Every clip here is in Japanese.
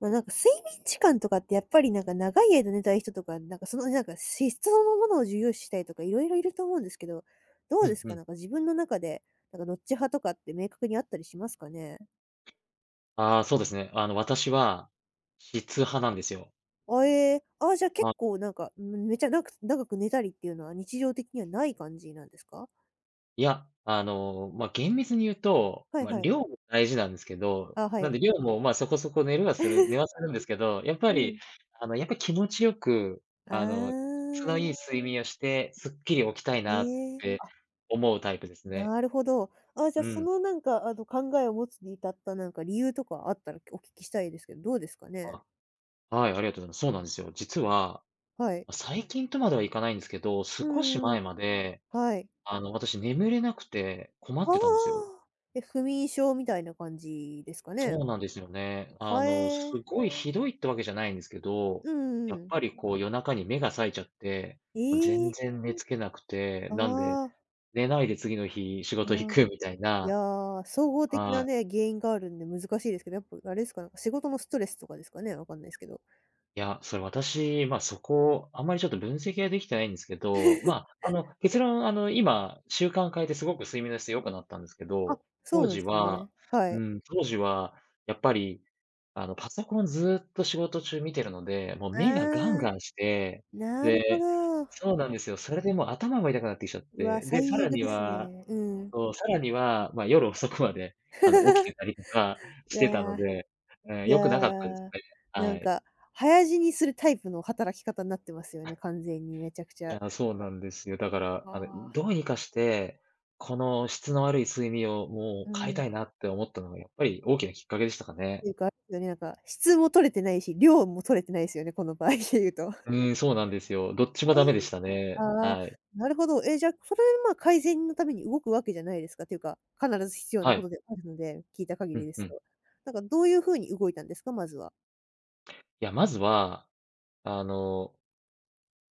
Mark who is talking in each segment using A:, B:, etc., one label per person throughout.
A: なんか睡眠時間とかってやっぱりなんか長い間寝たい人とか、なんかそのなんか資質そのものを重要視したいとかいろいろいると思うんですけど、どう
B: う
A: で
B: ん
A: す
B: う
A: か？な
B: ん。
A: んか自分の中で、なんかどっち派とかって明確にあったりしますかね？
B: ああ、そうですね。私は、質派なんですよ。
A: あ、じゃあ結
B: あ、
A: 構なんか、ん、めちゃ長く寝たりっていうのは日常的にはない感じなんですか？
B: まあ、厳密に言うと、
A: はい
B: まあ、
A: は
B: 量
A: い。
B: も大事なんですけど、
A: あ、は
B: なん
A: い。
B: で量も、まあ、そこそこ寝るはする寝は するんですけど、やっぱ
A: うん。
B: り、やっぱり気持ちよく、
A: ああ、
B: あの、質のいい睡眠をして、すっきり起きたい
A: ね
B: なっ
A: え、
B: て思うタイプですね。
A: なるほど。あ、じゃあ
B: う
A: そ
B: ん。
A: のなんかあの考えを持つに至ったなんか理由とかあったらお聞きしたいですけど、どうですかね？
B: あ、はい、ありがとうございます。そうなんですよ。実は、
A: はい。
B: ま最近とまではいかないんですけど、
A: うん
B: 少し
A: うんうん。
B: 前まで、
A: はい。
B: 私眠れなくて困
A: あ
B: ってたんですよ。
A: あ。え、不眠症みたいな感じですかね？
B: そうなんですよね。
A: はえ。
B: すごいひどいってわけじゃないんですけど、
A: うん
B: やっ
A: うん。
B: ぱりこう夜中に目が冴えちゃって、
A: え
B: もう全
A: え。
B: 然寝付けなくて、
A: あ
B: なんで、
A: あ、
B: 寝ないで次の日仕事行
A: ああ。
B: くみたい
A: い
B: な。
A: や、総合的な
B: はい。
A: ね、原因があるんで難しいですけど、やっぱあれですか、なんか仕事のストレスとかですかね？わかんないですけど。
B: いや、それ私、ま、そこ、あんまりちょっと分析ができてないんですけど、ま、結論、あの、今、習慣変えてすごく睡眠の質良くなったんですけ
A: あ、
B: ど、
A: そう
B: 当
A: なんで
B: 時
A: す
B: は
A: ね。は
B: う
A: い。
B: ん、当時はやっぱり、パソコンずっと仕事中見てるので、もう
A: あ
B: 目がガン
A: あ、
B: ガンして、
A: なるほ
B: で、
A: ど。
B: そうなんですよ。それでもう頭も痛くなってきちゃっ
A: うわ、
B: て、で、さ
A: 最
B: ら
A: 悪
B: に
A: です
B: は、
A: ね。うん。
B: そう、さらには、ま、夜遅くまで、起きて たりとか
A: い
B: し
A: や
B: てたので、
A: いや
B: 良くなかったです
A: ー、
B: ね。
A: な
B: は
A: ん
B: い。
A: か、早死にするタイプの働き方になってますよね、完全にめちゃくち
B: い
A: ゃ。
B: や、そうなんですよ。だから、
A: あ
B: ど
A: あ。
B: うにかして、この質の悪い睡眠をも
A: う
B: う変え
A: ん。
B: たいなって思ったのがやっぱり大きなきっかけでしたか
A: って
B: ね。
A: いうか、あれですよね、なんか、質も取れてないし、量も取れてないですよね、この場合で言うと。
B: うーん、そうなんですよ。どっちもダメで したね。
A: ああ、
B: はい。
A: なるほど。え、じゃあ、それは、まあ、改善のために動くわけじゃないですか。ていうか、必ず必要
B: は
A: なこと
B: い。
A: であるので、聞いた限
B: う
A: り
B: ん
A: で
B: う
A: す
B: ん。
A: と。なんかどういうふうに動いたんですか？まずは。
B: いや、まずは、あの、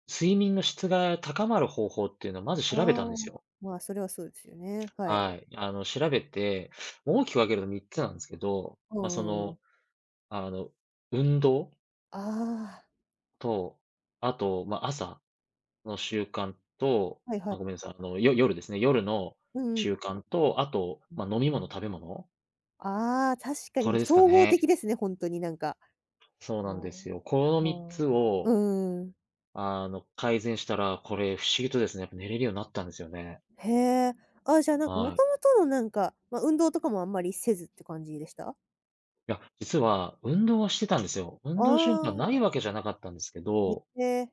B: 睡眠の質が高まる方法っていうのをまず
A: あ
B: 調べたん
A: あ、
B: ですよ。
A: まあ、それはそうですよね。はい。
B: はい。調べて、大きく分けると3つなんですけど、
A: う
B: まあ、そ
A: んうんうん。
B: の、あの、運動
A: あ
B: と、あと、まあ、朝の習慣と、
A: あ、はいは
B: あ、ごめ
A: い。
B: んなさい、夜ですね、夜の
A: うんうん。
B: 習慣と、あと、ま、飲み物、食べ物、
A: ああ、確かに
B: こ
A: もう
B: れですか
A: 総合的
B: ね。
A: ですね、ほんとになんか。
B: そうなんで
A: も
B: すよ。この
A: う、
B: 3
A: も
B: つ
A: う…
B: を、
A: うーん。
B: 改善したら、これ不思議とですね、やっぱ寝れるようになったんですよね。
A: へえ。あ、じゃあ、なんかも
B: はい。
A: ともとのなんか、ま、運動とかもあんまりせずって感じでした？
B: いや、実は運動はしてたんですよ。運
A: あ
B: 動習慣
A: あ、
B: ないわけじゃなかったんですけど、
A: へえ。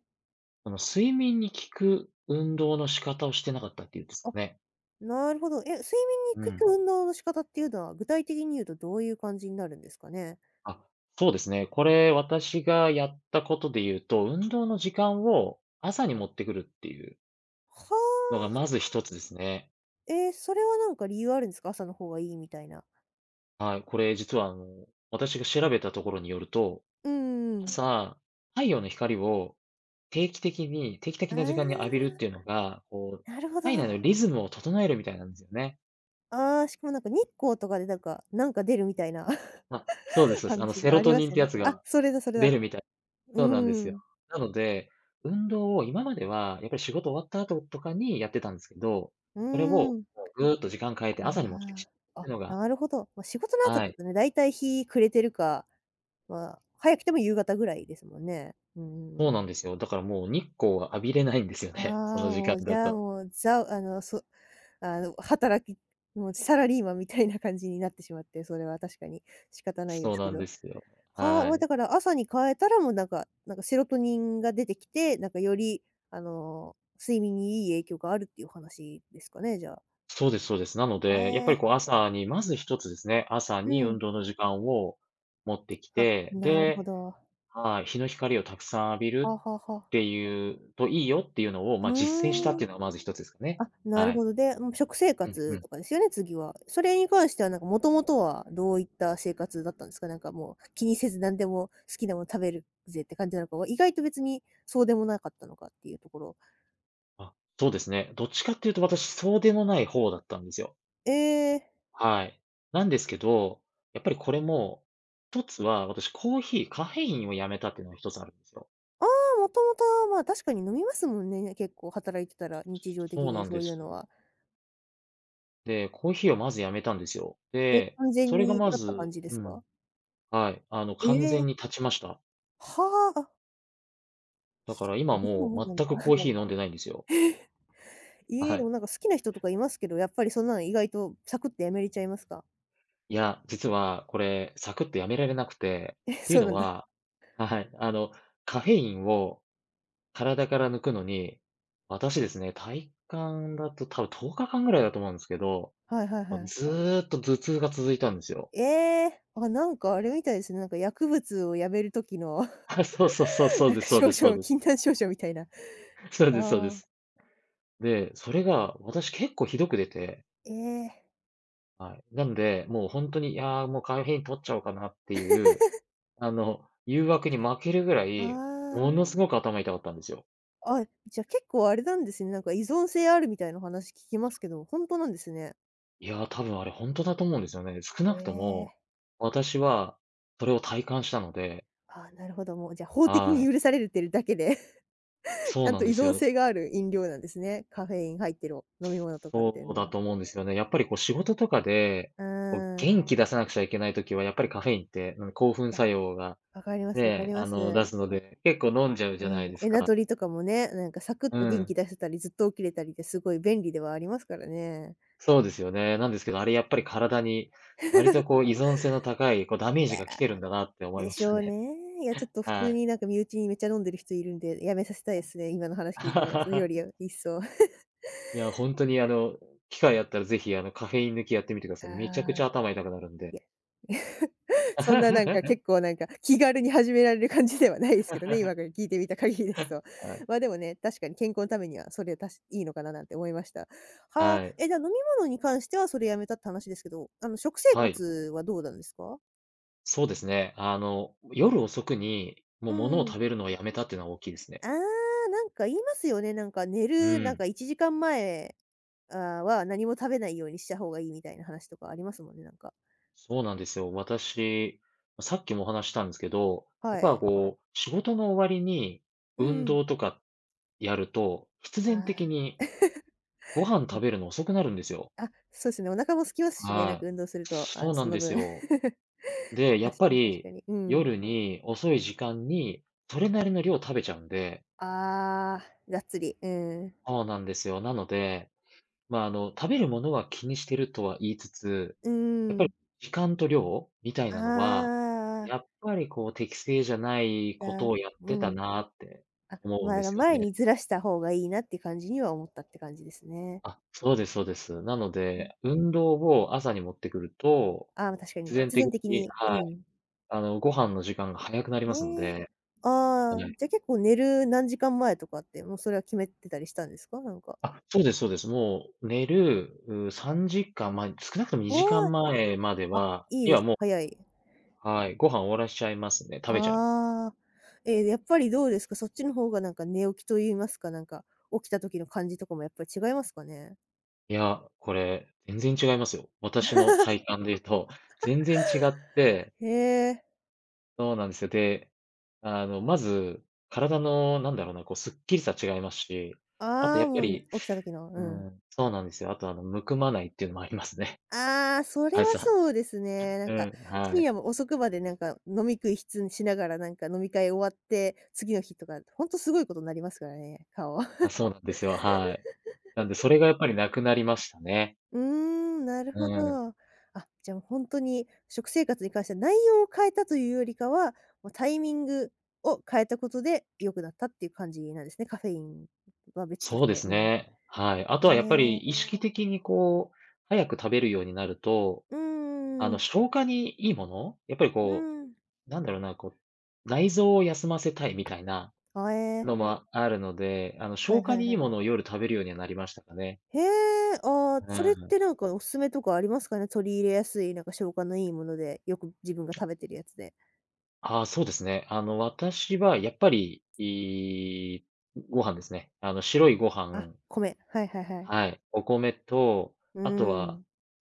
B: その、睡眠に効く運動の仕方をしてなかったっていうんですか
A: あ、
B: ね。
A: なるほど。え、睡眠に
B: う
A: 効
B: ん。
A: く運動の仕方っていうのは、具体的に言うとどういう感じになるんですかね？
B: あ、そうですね。これ、私がやったことで言うと、運動の時間を朝に持ってくるっていう
A: は
B: のがま
A: あ。
B: ず一つですね。
A: え、それはなんか理由あるんですか？朝の方がいいみたいな。
B: はい。これ実は私が調べたところによると、
A: うんうん。
B: 朝、太陽の光を定期
A: あ
B: 的
A: あ、
B: な時間に浴びるっていうのが、こう、
A: なるほど。
B: 体内のリズムを整えるみたいなんですよね。
A: ああ、しかもなんか日光とかでなんか出るみたいな。
B: あ、そうですそうです。あの、
A: 話
B: セ
A: があ
B: ロ
A: り
B: ト
A: ま
B: ニン
A: す
B: っ
A: よ
B: てや
A: ね。
B: つ
A: あ、
B: が
A: それだそれ
B: 出
A: だ。
B: るみたい。
A: う
B: そうなんです
A: ー
B: よ。
A: ん。
B: なので、運動を今までは、やっぱり仕事終わった後とかにやってたんですけど、
A: うー
B: それをも
A: ん。
B: うぐーっと時間変えて朝に持ってきちゃうっ
A: あ
B: て
A: あ。
B: いうの
A: あ、
B: が、
A: なるほど。ま、仕事の後
B: は
A: だ
B: い、
A: とね、だいたい日暮れてるか、まあ、早くても夕方ぐらいですもんね。うんう
B: そう
A: ん。
B: なんですよ。だからもう日光は浴びれないんですよね、そ
A: あ
B: の
A: あ、
B: 時
A: も
B: 間
A: う、じ
B: だ
A: ゃあ、
B: と。
A: もう、ザあの、そあの、働きもうサラリーマンみたいな感じになってしまって、それは確かに仕方ないで
B: そう
A: すけ
B: なん
A: ど。
B: ですよ。
A: はあ、
B: は
A: ま、
B: い。
A: だから朝に変えたら、もう、なんかセロトニンが出てきて、なんかより、睡眠にいい影響があるっていう話ですかね、じゃあ。
B: そうですそうです。なの
A: は
B: で、やっぱり
A: え、
B: こう朝にまず一つですね、朝
A: う
B: に運
A: ん。
B: 動の時間を持ってき
A: あ、
B: て、
A: なるほ
B: で、
A: ど。
B: はい、日の光をたくさん浴び
A: はあ
B: る
A: はあは
B: っ
A: あ。
B: ていうといいよっていうのを、
A: う
B: まあ、実践したっ
A: ー
B: て
A: ん。
B: いうのがまず一つですかね。
A: あ、な
B: は
A: る
B: い。
A: ほど。で、もう食生
B: うんう
A: 活
B: ん。
A: とかですよね、次は。それに関してはなんかもともとはどういった生活だったんですか？なんかもう気にせず何でも好きなもの食べるぜって感じなのか、意外と別にそうでもなかったのかっていうところ。
B: あ、そうですね。どっちかっていうと私、そうでもない方だったんですよ。
A: ええ、
B: はい。なんですけど、やっぱりこれも、一つは私コーヒー、カフェインをやめたっていうのが一つあるんですよ。
A: ああ、もともとは、まあ、確かに飲みますもんね、結構働いてたら、日常的
B: そうな
A: に
B: ん
A: そ
B: で
A: ういう
B: す。
A: のは。
B: で、コーヒーをまずやめたんですよ。
A: え、
B: で、
A: 完全
B: それが
A: に
B: ま
A: 断った
B: ず
A: 感じですか？
B: はい、
A: え
B: 完全に
A: え、
B: 断ちました。
A: はあ、あ、
B: だから
A: で
B: 今
A: きる
B: も
A: もんな
B: う
A: んだ。
B: 全くコーヒー飲んでないんですよ。
A: ええ、
B: は
A: でも
B: い。
A: なんか好きな人とかいますけど、やっぱりそんなの意外とサクッとやめれちゃいますか？
B: いや、実はこれ、サクッとやめられなくて、
A: え、
B: っ ていう
A: そうな
B: の
A: んだ。
B: ははい、カフェインを体から抜くのに、私ですね、体感だと多分10日間ぐらいだと思うんですけど、
A: はいはいは
B: もう
A: い。
B: ずーっと頭痛が続いたんですよ。
A: ええ、あ、なんかあれみたいですね、なんか薬物をやめる時の。
B: そう
A: なん
B: で
A: か
B: すそう
A: 症
B: ですそう
A: 状、
B: です。
A: 禁断症状みたいな。
B: そうですそうで
A: ああ、
B: す。で、それが私結構ひどく出て、
A: ええ、
B: はい。なんで、もう本当に、いや、もうカフェイン取っちゃおうかなっていう、誘惑に負けるぐら
A: あ
B: い、
A: あ、
B: ものすごく頭痛かったんですよ。
A: あ、じゃあ結構あれなんですね、なんか依存性あるみたいな話聞きますけど、本当なんですね。
B: いや、多分あれ本当だと思うんですよね。少
A: え
B: なくとも、
A: え、
B: 私はそれを体感したので、
A: あ、なるほど、もうじゃあ法的
B: は
A: に
B: い。
A: 許されてるだけで。 ち
B: そう
A: ゃん
B: な
A: と
B: んで
A: 依
B: す
A: 存
B: よ。
A: 性がある飲料なんですね。カフェイン入ってる飲み物とかっていう
B: そう
A: の
B: だ
A: は。
B: と思うんですよね。やっぱりこう仕事とかで、
A: う
B: こう
A: ーん。
B: 元気出さなくちゃいけないときはやっぱりカフェインって、うん、興奮作用が
A: わかりますわか
B: ね、
A: ります。
B: 出すので、結構飲んじゃうじゃない
A: うん。
B: です
A: エナ
B: か。
A: ドリとかもね、なんかサクッ
B: う
A: と元気
B: ん。
A: 出せたり、ずっと起きれたりってすごい便利ではありますからね。
B: そうですよね。なんですけど、あれやっぱり体に割とこう依存性の高い、こうダメー
A: い
B: ジが来
A: や、
B: てるんだなって思い
A: で
B: まし
A: し
B: た
A: ょう
B: ね。
A: ね。いや、ちょっと普
B: は
A: 通
B: い。
A: になんか身内にめっちゃ飲んでる人いるんで、やめさせたいですね、今の話聞いたら、それより 一層。
B: いや、ほんとに機会あったらぜひカフェイン抜きやってみてくだ
A: あ
B: さい。めちゃくち
A: あ、
B: ゃ頭痛くなるん
A: い
B: で。
A: や、そんななんか 結構なんか気軽に始められる感じではないですけどね、今から聞いてみた限りですと。
B: はい。
A: まあ、でもね、確かに健康のためにはそれたしいいのかななんて思いました。はあ、
B: はい。
A: え、じゃあ飲み物に関してはそれやめたって話ですけど、あの食生
B: はい。
A: 活はどうなんですか？
B: そうですね。夜遅くに、も
A: う
B: う物を
A: ん。
B: 食べるのはやめたっていうのは大きいです
A: あ
B: ね。
A: あ、なんか言いますよね。なんか寝
B: う
A: るなん
B: ん。
A: か1時間前、あーは何も食べないようにした方がいいみたいな話とかありますもんね、なんか。
B: そうなんですよ。私、さっきもお話ししたんですけど、や
A: は
B: っぱ
A: い。
B: こう、仕事の終わりに
A: う
B: 運
A: ん。
B: 動とかやると、必然的
A: あ
B: にご飯
A: ーは
B: 食
A: い。
B: べるの遅くなるんですよ。
A: あ、そうですね、お腹も空きますしね、なんか
B: はい。
A: 運動すると、
B: そうな
A: そ
B: ん
A: の
B: です
A: 分。
B: よ。で、や
A: 確
B: っぱ
A: かに確か
B: り
A: に。うん。
B: 夜に遅い時間にそれなりの量食べちゃうんで、
A: ああ、がっつり。うん。
B: そうなんですよ。なので、まあ、食べるものは気にしてるとは言いつつ、
A: う
B: やっぱり
A: ん。
B: 時間と量みたいなのは、
A: ああ、
B: やっぱりこう適正じゃないこと
A: だ
B: をやっ
A: う
B: てた
A: ん。
B: なって
A: あ、
B: 思うんですよ
A: 前
B: ね。
A: にずらした方がいいなって感じには思ったって感じですね。
B: あ、そうですそうです。なの
A: うん。
B: で、運動を朝に持ってくると、
A: ああ、ま確かに
B: 必然
A: 必然
B: 的
A: 的
B: に
A: に。う
B: はい、
A: ん。
B: ご飯の時間が早くなりますの
A: ねえ。
B: で、は
A: ああ、
B: い。
A: じゃあ結構寝る何時間前とかって、もうそれは決めてたりしたんですか？なんか。
B: あ、そうですそうです。もう寝る、う、3時間前、少なくとも
A: お
B: 2時
A: お、
B: 間前まで
A: あ、
B: は
A: いい
B: に
A: で
B: は
A: すね。
B: もう
A: 早い。
B: はい、ご飯終わらしちゃいますね。食べちゃいます。
A: ああ。えーやっぱりどうですか？そっちの方がなんか寝起きと言いますか、なんか、起きた時の感じとかもやっぱり違いますかね？
B: いや、これ、全然違いますよ。私の体感で言うと、全然違って、
A: へえ。
B: そうなんですよ。で、まず、体のなんだろうな、こうすっきりさ違いますし、あと
A: あ
B: や
A: あ、
B: っぱ
A: も
B: り、
A: う起きた時の。う
B: う
A: ん。
B: ん、そうなんですよ。あとむくまないっていうのもありますね。
A: ああ、そ れは
B: 朝。
A: そうですね。なん
B: う
A: か、
B: ん、
A: 深
B: はい。
A: 夜も遅くまでなんか飲み食いしながらなんか飲み会終わって、次の日とか、ほんとすごいことになりますからね、顔。
B: あ、そうなんですよ、はい。なんでそれがやっぱりなくなりましたね。
A: うーん、なる
B: う
A: ほ
B: ん、
A: ど。あ、じゃあ本当に食生活に関しては内容を変えたというよりかは、もうタイミングを変えたことで良くなったっていう感じなんですね。カフェインは別と
B: そ
A: し
B: うで
A: て。
B: す
A: うん。
B: ね。はい。あと
A: ね
B: はやっぱり
A: え。
B: 意識的にこう、早く食べるようになると、
A: うんうんうん。
B: 消化にいいもの、やっぱりこう、
A: ん。
B: なんだろうな、こう、内臓を休ませたいみたいな
A: あ、え
B: の
A: ー、
B: もあるので、
A: は
B: 消
A: い
B: 化
A: はい
B: にい
A: は
B: い
A: い。
B: ものを夜食べるようにはなりましたかね。
A: へえ、あー、
B: う
A: それっ
B: ん。
A: てなんかおすすめとかありますかね？取り入れやすい、なんか消化のいいもので、よく自分が食べてるやつで。
B: ああ、そうですね。あの、私はやっぱり、いいご飯ですね。白いご
A: あ、
B: 飯、
A: 米。はいはいはい。
B: はい、お米と、
A: うー
B: あとは、
A: ん。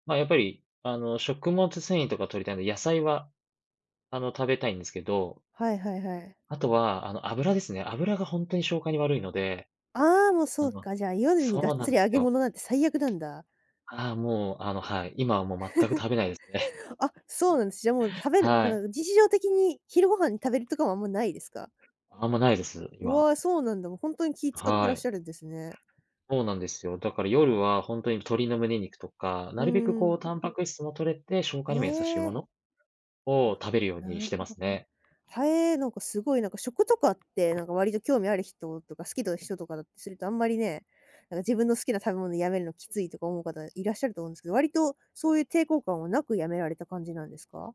B: やっぱり、食物繊維とか取りたいので、野菜は食べたいんですけど、
A: はいはいはい。
B: あとは、油ですね。油がほんとに消化に悪いので、
A: ああ、もう
B: あ
A: そう
B: の
A: か、じゃあ夜にがっ
B: そうな
A: つ
B: ん
A: り
B: です
A: 揚げ
B: よ。
A: 物なんて最悪なんだ。
B: ああ、もう、はい、今はもう全く食べないですね。
A: あ、そうなんです。じゃあもう食 べる
B: は
A: なん
B: い。
A: か日常的に昼ご飯に食べるとかはあんまないですか？
B: あんまないです、
A: う
B: 今。
A: わ、そうなんだ。もう本当に気使って
B: は
A: らっし
B: い。
A: ゃるんですね。
B: そうなんですよ。だから夜はほんとに鶏の胸肉とか、
A: う
B: なるべく
A: ーん。
B: タンパク質も取れて、消
A: へ
B: 化にも優しいも
A: え、
B: のを食べるように
A: な
B: し
A: る
B: て
A: ほ
B: ま
A: ど。
B: すね。
A: はえ、すごい食とかって、割と興味ある人とか好きな人とかだとするとあんまりね、自分の好きな食べ物やめるのきついとか思う方いらっしゃると思うんですけど、割とそういう抵抗感はなくやめられた感じなんですか？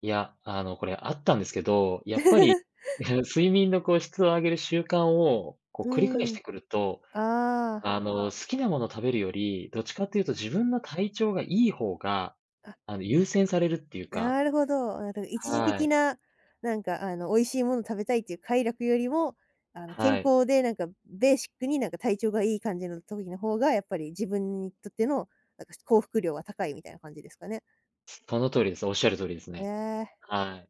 B: いや、これあったんですけど、やっぱり 睡眠の質を上げる習慣を
A: う
B: 繰り返し
A: ーん、
B: てくると、
A: ああ。
B: 好きなもの食べるより、どっちかっていうと自分の体調がいい方が、
A: あ、
B: 優先されるっていうか、
A: なるほど。なんか一時
B: は
A: 的
B: い、
A: な、あの、美味しいもの食べたいっていう快楽よりも、あの、健
B: はい。
A: 康でベーシックに体調がいい感じの時の方が、やっぱり自分にとっての、なんか幸福量は高いみたいな感じですかね。
B: その通りです。おっしゃる通りです
A: え
B: ね。
A: え、
B: はい。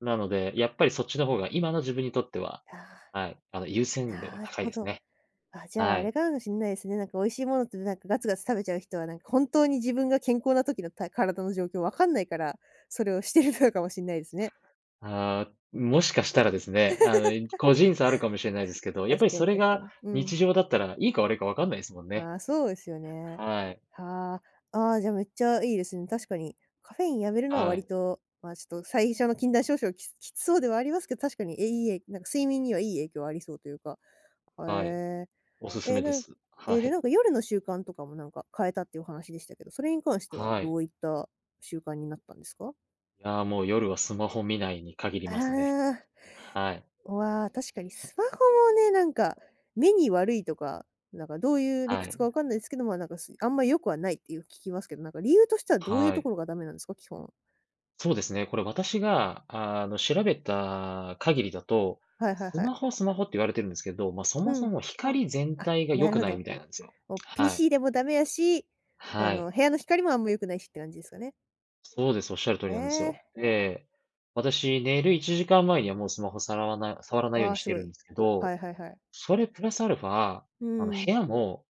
B: なので、やっぱりそっちの方が今の自分にとっては、
A: あ
B: はい、優先度
A: あ、
B: が
A: なる
B: 高い
A: ほ
B: です
A: ど。
B: ね。
A: あ、じゃあ
B: は
A: あれ
B: い。
A: かもしれないですね。なんか美味しいものってガツガツ食べちゃう人は、本当に自分が健康な時のた体の状況わかんないから、それをしてるのかもしれないですね。
B: あー、もしかしたらですね、個人差あるかもしれないですけど、やっぱ
A: 確
B: り
A: か
B: そ
A: に
B: れ
A: 確かに。
B: が
A: うん。
B: 日常だったら、いいか悪いか分かんないですもんね。
A: ああ、そうですよね。
B: はい、
A: はあ。ああ、じゃあめっちゃいいですね。確かにカフェインやめるのは
B: は
A: 割
B: い、
A: と、ま、ちょっと最初の禁断症状きつきつそうではありますけど、確かに、え、いいえなんか睡眠にはいい影響ありそうというか。
B: はい。
A: へ
B: おす
A: え
B: す
A: え。
B: めで
A: なん
B: す。
A: えー、
B: は
A: で、
B: い、
A: なんか夜の習慣とかも変えたっていうお話でしたけど、それに関しては
B: は
A: ど
B: い。
A: ういった習慣になったんですか？
B: いやー、もう夜はスマホ見ないに限り
A: あ
B: ますね。
A: あー。
B: はい。
A: わあ、確かにスマホもね、なんか、目に悪いとか、なんかどういう理
B: は
A: 屈かわ
B: い。
A: かんないですけど、まあ、なんか、すあんま良くはないっていう聞きますけど、なんか理由としてはどういう
B: は
A: と
B: い。
A: ころがダメなんですか？基本。
B: そうですね。これ私が、調べた限りだと、
A: はいはい
B: ス
A: は
B: マ
A: い。
B: ホスマホって言われてるんですけど、まあ、そ
A: う
B: も
A: ん。
B: そも光全
A: あ、
B: 体が良
A: なる
B: く
A: ほ
B: ない
A: ど。
B: みたいなんですよ。
A: もう
B: はい。
A: PC でもダメやし、あ
B: は
A: の、
B: い。
A: 部屋の光もあんま良くないしって感じですかね。
B: そうです。おっしゃる通
A: え
B: りなんですよ。
A: え。
B: で、私、寝る1時間前にはもうスマホさらわない触らないよう
A: わ
B: に
A: あ、
B: し
A: す
B: て
A: ご
B: るん
A: い。
B: ですけ
A: は
B: ど、
A: いはいはい。
B: それプラスアルファ、
A: う
B: 部
A: ん。
B: 屋も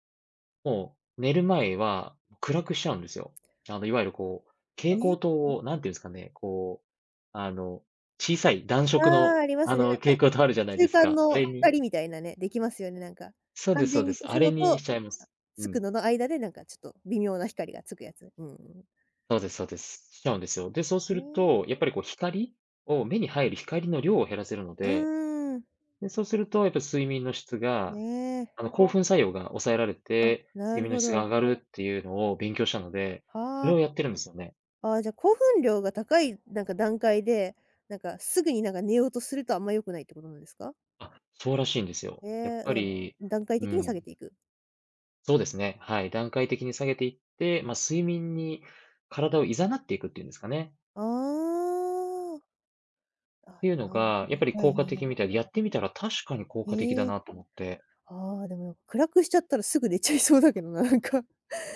B: もう、寝る前は暗くしちゃうんですよ。いわゆる蛍
A: ね。
B: 光灯を、なんていうんですかね、あの、小さい暖色の、
A: ああ、ありますね、な
B: 蛍
A: んか
B: 光灯あるじゃないで
A: 中
B: す
A: 間
B: か。あ
A: の
B: れに
A: 光みたいなね、できますよね、なんか。
B: そうで
A: 完
B: すそう
A: 全
B: で
A: に
B: す。
A: 消
B: あ
A: す
B: れ
A: の
B: に
A: と、
B: しちゃいま
A: あ、
B: す。う
A: つく
B: ん。
A: のの間でなんかちょっと微妙な光がつくやつ。うんうんうん。
B: そうですそうです。しちゃうんですよ。で、そうする
A: ね。
B: と、やっぱり光を目に入る光の量を減らせるの
A: う
B: で、
A: ーん。
B: で、そうするとやっぱ睡眠の質が、
A: ね。
B: 興奮作用が抑えられ
A: あ、
B: て、
A: な
B: 睡
A: る
B: 眠
A: ほ
B: の質が
A: ど。
B: 上がるっていうのを勉強したので、そ
A: は
B: れ
A: あ。
B: をやってるんですよね。
A: ああ、じゃ、興奮量が高い段階で、なんかすぐに寝ようとするとあんま良くないってことなんですか？
B: あ、そうらしいんですよ。
A: へ
B: やっ
A: え、
B: ぱ
A: なんか
B: り、
A: 段階
B: う
A: 的に下
B: ん、
A: げていく。
B: そうですね、はい、段階的に下げていって、まあ、睡眠に体を誘っていくっていうんですかね。
A: ああ。
B: っ
A: あ、
B: ていうの
A: なる
B: が、やっ
A: ほ
B: ぱり
A: ど。はいは
B: 効果
A: いは
B: 的
A: い。
B: みたいで、やってみたら確かに効果的だ
A: へえ。
B: なと思って。
A: ああ、でもなんか暗くしちゃったらすぐ寝ちゃいそうだけどな、なんか。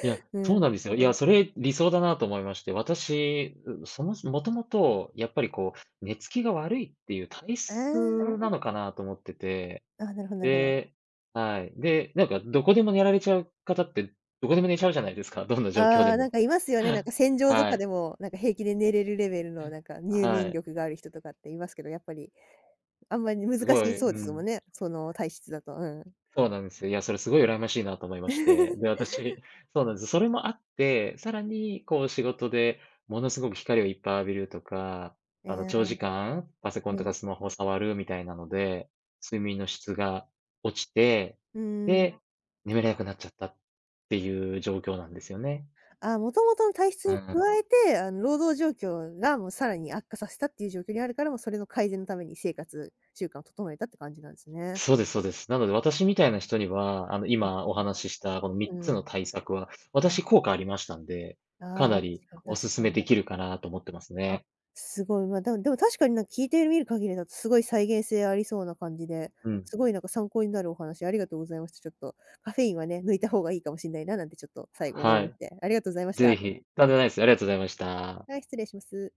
B: いや、
A: う
B: そう
A: ん。
B: なんですよ。いや、それ理想だなと思いまして、私、うそもそもともと、やっぱり寝つきが悪いっていう体
A: あ
B: 質なのかなと思ってて、
A: あ、あ、なるほどなるほど。
B: で、はい、で、なんかどこでも寝られちゃう方って、どこでも寝ちゃうじゃないですか、どんな状況
A: あ
B: で
A: あ、な
B: も。
A: んかいますよね。なんか 戦場と
B: は
A: か
B: い、
A: でも、なんか平気で寝れるレベルの入
B: は
A: 眠
B: い。
A: 力がある人とかっていますけど、やっぱりあんまり難
B: すご
A: し
B: い、
A: そう
B: う
A: ですも
B: ん。
A: んね、その体質だと。うん。
B: そうなんですよ。いや、それすごい羨ましいなと思いまして。で、私、そうなんです。それもあって、さらに仕事でものすごく光をいっぱい浴びるとか、
A: ええ、
B: 長時間パソコン
A: う
B: と
A: ん。
B: かスマホを触るみたいなので、睡眠の質が落ちて、
A: うーん。
B: で、眠れなくなっちゃったっていう状況なんですよね。
A: あ、もともとの体質
B: う
A: に
B: ん。
A: 加えて、あの、労働状況がもうさらに悪化させたっていう状況にあるから、もうそれの改善のために生活習慣を整えたって感じなんですね。
B: そうですそうです。なので、私みたいな人には、今
A: あ、
B: お話ししたこの
A: う
B: 3つ
A: ん。
B: の対策は、
A: あ、
B: 私効果ありましたんで、か
A: あ
B: な
A: あ、確
B: り
A: かに
B: お
A: 確か
B: 勧め
A: に。
B: できるかなと思ってます
A: あ、
B: ね。
A: すごい、まあ、でもでも確かになんか聞いてみる限りだとすごい再現性ありそうな感じで、
B: うん。
A: すごいなんか参考になるお話ありがとうございました。ちょっとカフェインはね、抜いた方がいいかもしれないななんてちょっと最後思い
B: は
A: まし
B: い。
A: て。ありがとうございました。
B: ぜひ。とんでもないです。ありがとうございました。
A: はい、失礼します。